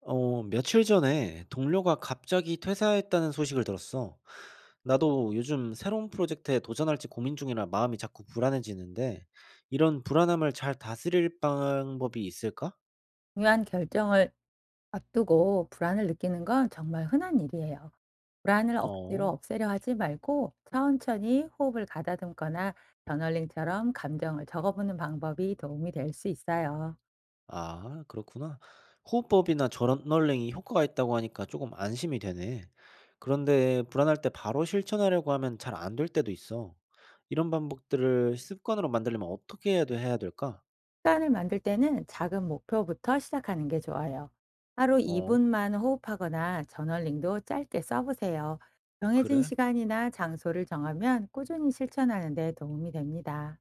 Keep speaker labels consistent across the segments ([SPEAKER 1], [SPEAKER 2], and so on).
[SPEAKER 1] 며칠 전에 동료가 갑자기 퇴사했다는 소식을 들었어. 나도 요즘 새로운 프로젝트에 도전할지 고민 중이라 마음이 자꾸 불안해지는데, 이런 불안함을 잘 다스릴 방법이 있을까?
[SPEAKER 2] 중요한 결정을 앞두고 불안을 느끼는 건 정말 흔한 일이에요. 불안을 억지로
[SPEAKER 1] 어.
[SPEAKER 2] 없애려 하지 말고 천천히 호흡을 가다듬거나 저널링처럼 감정을 적어보는 방법이 도움이 될 수 있어요.
[SPEAKER 1] 아, 그렇구나. 호흡법이나 저널링이 효과가 있다고 하니까 조금 안심이 되네. 그런데 불안할 때 바로 실천하려고 하면 잘 안될 때도 있어. 이런 반복들을 습관으로 만들려면 어떻게 해야 될까?
[SPEAKER 2] 습관을 만들 때는 작은 목표부터 시작하는 게 좋아요. 하루
[SPEAKER 1] 어.
[SPEAKER 2] 2분만 호흡하거나 저널링도 짧게 써보세요. 정해진
[SPEAKER 1] 그래?
[SPEAKER 2] 시간이나 장소를 정하면 꾸준히 실천하는 데 도움이 됩니다.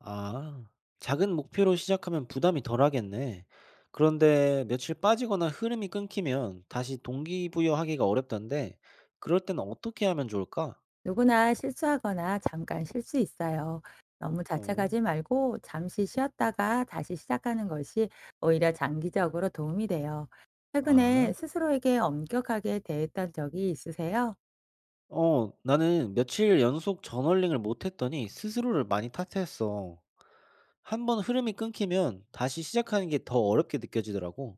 [SPEAKER 1] 아. 작은 목표로 시작하면 부담이 덜하겠네. 그런데 며칠 빠지거나 흐름이 끊기면 다시 동기부여하기가 어렵던데 그럴 때는 어떻게 하면 좋을까?
[SPEAKER 2] 누구나 실수하거나 잠깐 쉴 수 있어요. 너무
[SPEAKER 1] 어.
[SPEAKER 2] 자책하지 말고 잠시 쉬었다가 다시 시작하는 것이 오히려 장기적으로 도움이 돼요.
[SPEAKER 1] 아.
[SPEAKER 2] 최근에 스스로에게 엄격하게 대했던 적이 있으세요?
[SPEAKER 1] 나는 며칠 연속 저널링을 못 했더니 스스로를 많이 탓했어. 한번 흐름이 끊기면 다시 시작하는 게 더 어렵게 느껴지더라고.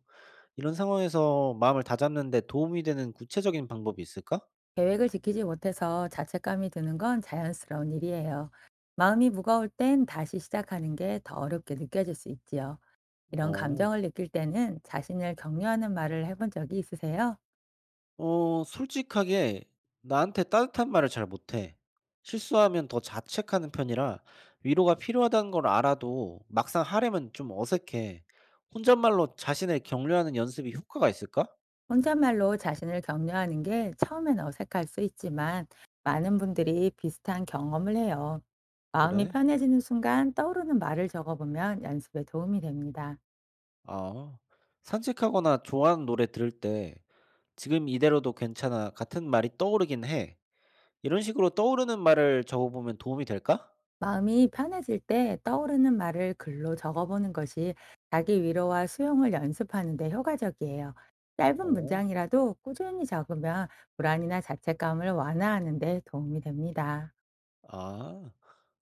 [SPEAKER 1] 이런 상황에서 마음을 다잡는 데 도움이 되는 구체적인 방법이 있을까?
[SPEAKER 2] 계획을 지키지 못해서 자책감이 드는 건 자연스러운 일이에요. 마음이 무거울 땐 다시 시작하는 게 더 어렵게 느껴질 수 있지요. 이런
[SPEAKER 1] 어.
[SPEAKER 2] 감정을 느낄 때는 자신을 격려하는 말을 해본 적이 있으세요?
[SPEAKER 1] 솔직하게 나한테 따뜻한 말을 잘 못해. 실수하면 더 자책하는 편이라 위로가 필요하다는 걸 알아도 막상 하려면 좀 어색해. 혼잣말로 자신을 격려하는 연습이 효과가 있을까?
[SPEAKER 2] 혼잣말로 자신을 격려하는 게 처음엔 어색할 수 있지만 많은 분들이 비슷한 경험을 해요. 마음이
[SPEAKER 1] 그래?
[SPEAKER 2] 편해지는 순간 떠오르는 말을 적어보면 연습에 도움이 됩니다.
[SPEAKER 1] 아. 산책하거나 좋아하는 노래 들을 때 "지금 이대로도 괜찮아." 같은 말이 떠오르긴 해. 이런 식으로 떠오르는 말을 적어보면 도움이 될까?
[SPEAKER 2] 마음이 편해질 때 떠오르는 말을 글로 적어보는 것이 자기 위로와 수용을 연습하는 데 효과적이에요. 짧은
[SPEAKER 1] 어.
[SPEAKER 2] 문장이라도 꾸준히 적으면 불안이나 자책감을 완화하는 데 도움이 됩니다.
[SPEAKER 1] 아.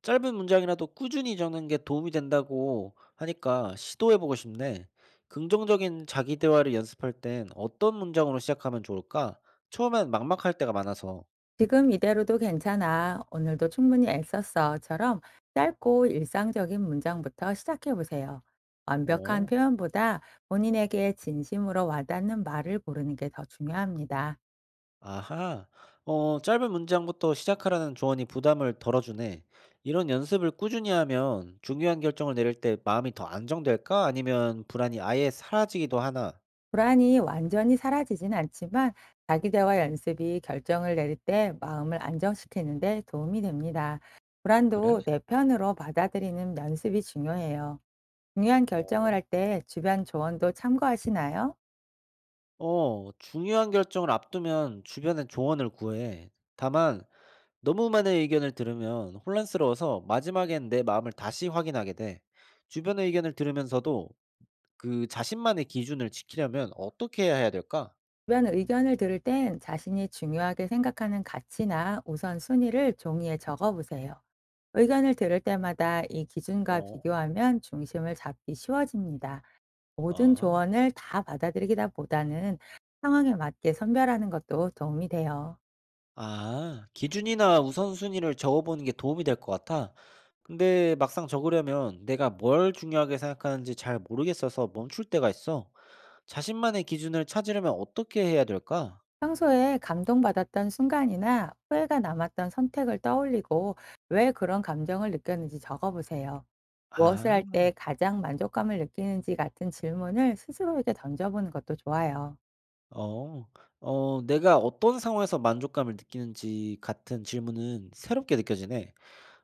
[SPEAKER 1] 짧은 문장이라도 꾸준히 적는 게 도움이 된다고 하니까 시도해 보고 싶네. 긍정적인 자기 대화를 연습할 땐 어떤 문장으로 시작하면 좋을까? 처음엔 막막할 때가 많아서.
[SPEAKER 2] "지금 이대로도 괜찮아. 오늘도 충분히 애썼어."처럼 짧고 일상적인 문장부터 시작해 보세요. 완벽한
[SPEAKER 1] 어.
[SPEAKER 2] 표현보다 본인에게 진심으로 와닿는 말을 고르는 게 더 중요합니다.
[SPEAKER 1] 아하. 짧은 문장부터 시작하라는 조언이 부담을 덜어주네. 이런 연습을 꾸준히 하면 중요한 결정을 내릴 때 마음이 더 안정될까? 아니면 불안이 아예 사라지기도 하나?
[SPEAKER 2] 불안이 완전히 사라지진 않지만 자기 대화 연습이 결정을 내릴 때 마음을 안정시키는데 도움이 됩니다.
[SPEAKER 1] 그래?
[SPEAKER 2] 불안도 내 편으로 받아들이는 연습이 중요해요. 중요한 결정을
[SPEAKER 1] 어.
[SPEAKER 2] 할 때 주변 조언도 참고하시나요?
[SPEAKER 1] 중요한 결정을 앞두면 주변에 조언을 구해. 다만 너무 많은 의견을 들으면 혼란스러워서 마지막엔 내 마음을 다시 확인하게 돼. 주변의 의견을 들으면서도 그 자신만의 기준을 지키려면 어떻게 해야 될까?
[SPEAKER 2] 주변 의견을 들을 땐 자신이 중요하게 생각하는 가치나 우선순위를 종이에 적어 보세요. 의견을 들을 때마다 이 기준과
[SPEAKER 1] 어.
[SPEAKER 2] 비교하면 중심을 잡기 쉬워집니다. 모든
[SPEAKER 1] 아.
[SPEAKER 2] 조언을 다 받아들이기보다는 상황에 맞게 선별하는 것도 도움이 돼요.
[SPEAKER 1] 아. 기준이나 우선순위를 적어보는 게 도움이 될 것 같아. 근데 막상 적으려면 내가 뭘 중요하게 생각하는지 잘 모르겠어서 멈출 때가 있어. 자신만의 기준을 찾으려면 어떻게 해야 될까?
[SPEAKER 2] 평소에 감동받았던 순간이나 후회가 남았던 선택을 떠올리고 왜 그런 감정을 느꼈는지 적어보세요. 무엇을 할
[SPEAKER 1] 아.
[SPEAKER 2] 때 가장 만족감을 느끼는지 같은 질문을 스스로에게 던져보는 것도 좋아요.
[SPEAKER 1] 어. 내가 어떤 상황에서 만족감을 느끼는지 같은 질문은 새롭게 느껴지네.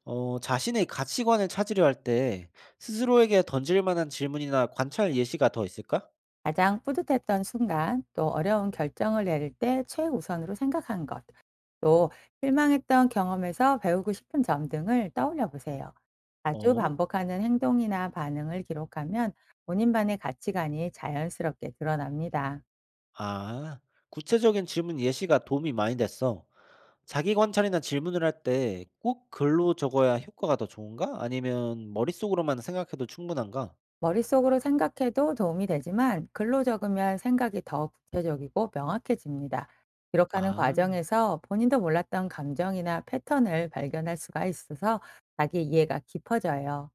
[SPEAKER 1] 자신의 가치관을 찾으려 할 때 스스로에게 던질 만한 질문이나 관찰 예시가 더 있을까?
[SPEAKER 2] 가장 뿌듯했던 순간, 또 어려운 결정을 내릴 때 최우선으로 생각한 것, 또 실망했던 경험에서 배우고 싶은 점 등을 떠올려 보세요. 자주
[SPEAKER 1] 어.
[SPEAKER 2] 반복하는 행동이나 반응을 기록하면 본인만의 가치관이 자연스럽게 드러납니다.
[SPEAKER 1] 아. 구체적인 질문 예시가 도움이 많이 됐어. 자기 관찰이나 질문을 할 때 꼭 글로 적어야 효과가 더 좋은가? 아니면 머릿속으로만 생각해도 충분한가?
[SPEAKER 2] 머릿속으로 생각해도 도움이 되지만 글로 적으면 생각이 더 구체적이고 명확해집니다. 기록하는
[SPEAKER 1] 아.
[SPEAKER 2] 과정에서 본인도 몰랐던 감정이나 패턴을 발견할 수가 있어서 자기 이해가 깊어져요.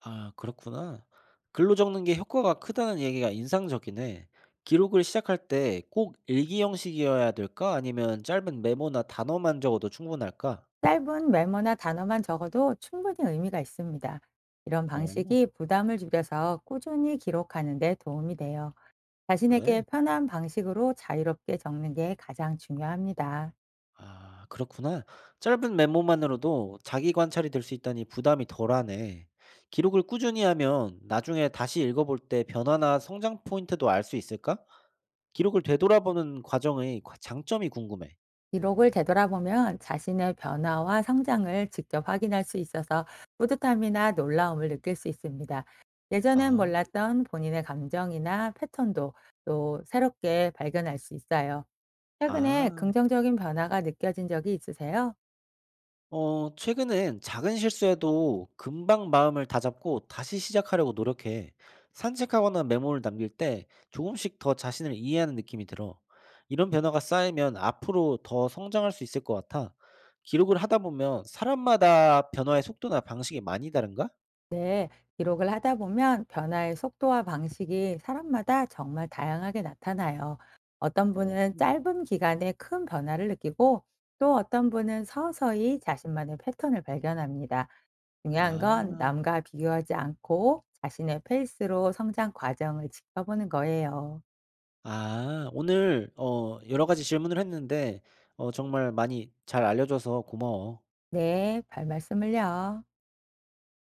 [SPEAKER 1] 아 그렇구나. 글로 적는 게 효과가 크다는 얘기가 인상적이네. 기록을 시작할 때 꼭 일기 형식이어야 될까? 아니면 짧은 메모나 단어만 적어도 충분할까?
[SPEAKER 2] 짧은 메모나 단어만 적어도 충분히 의미가 있습니다. 이런
[SPEAKER 1] 어
[SPEAKER 2] 방식이 부담을 줄여서 꾸준히 기록하는 데 도움이 돼요.
[SPEAKER 1] 그래?
[SPEAKER 2] 자신에게 편한 방식으로 자유롭게 적는 게 가장 중요합니다.
[SPEAKER 1] 아 그렇구나. 짧은 메모만으로도 자기 관찰이 될 수 있다니 부담이 덜하네. 기록을 꾸준히 하면 나중에 다시 읽어볼 때 변화나 성장 포인트도 알 수 있을까? 기록을 되돌아보는 과정의 과 장점이 궁금해.
[SPEAKER 2] 기록을 되돌아보면 자신의 변화와 성장을 직접 확인할 수 있어서 뿌듯함이나 놀라움을 느낄 수 있습니다. 예전엔
[SPEAKER 1] 아.
[SPEAKER 2] 몰랐던 본인의 감정이나 패턴도 또 새롭게 발견할 수 있어요. 최근에
[SPEAKER 1] 아.
[SPEAKER 2] 긍정적인 변화가 느껴진 적이 있으세요?
[SPEAKER 1] 최근엔 작은 실수에도 금방 마음을 다잡고 다시 시작하려고 노력해. 산책하거나 메모를 남길 때 조금씩 더 자신을 이해하는 느낌이 들어. 이런 변화가 쌓이면 앞으로 더 성장할 수 있을 것 같아. 기록을 하다 보면 사람마다 변화의 속도나 방식이 많이 다른가?
[SPEAKER 2] 네, 기록을 하다 보면 변화의 속도와 방식이 사람마다 정말 다양하게 나타나요. 어떤
[SPEAKER 1] 어,
[SPEAKER 2] 분은 짧은 기간에 큰 변화를 느끼고 또 어떤 분은 서서히 자신만의 패턴을 발견합니다. 중요한 건
[SPEAKER 1] 아,
[SPEAKER 2] 남과 비교하지 않고 자신의 페이스로 성장 과정을 지켜보는 거예요.
[SPEAKER 1] 오늘 여러 가지 질문을 했는데 정말 많이 잘 알려줘서 고마워.
[SPEAKER 2] 네, 별 말씀을요.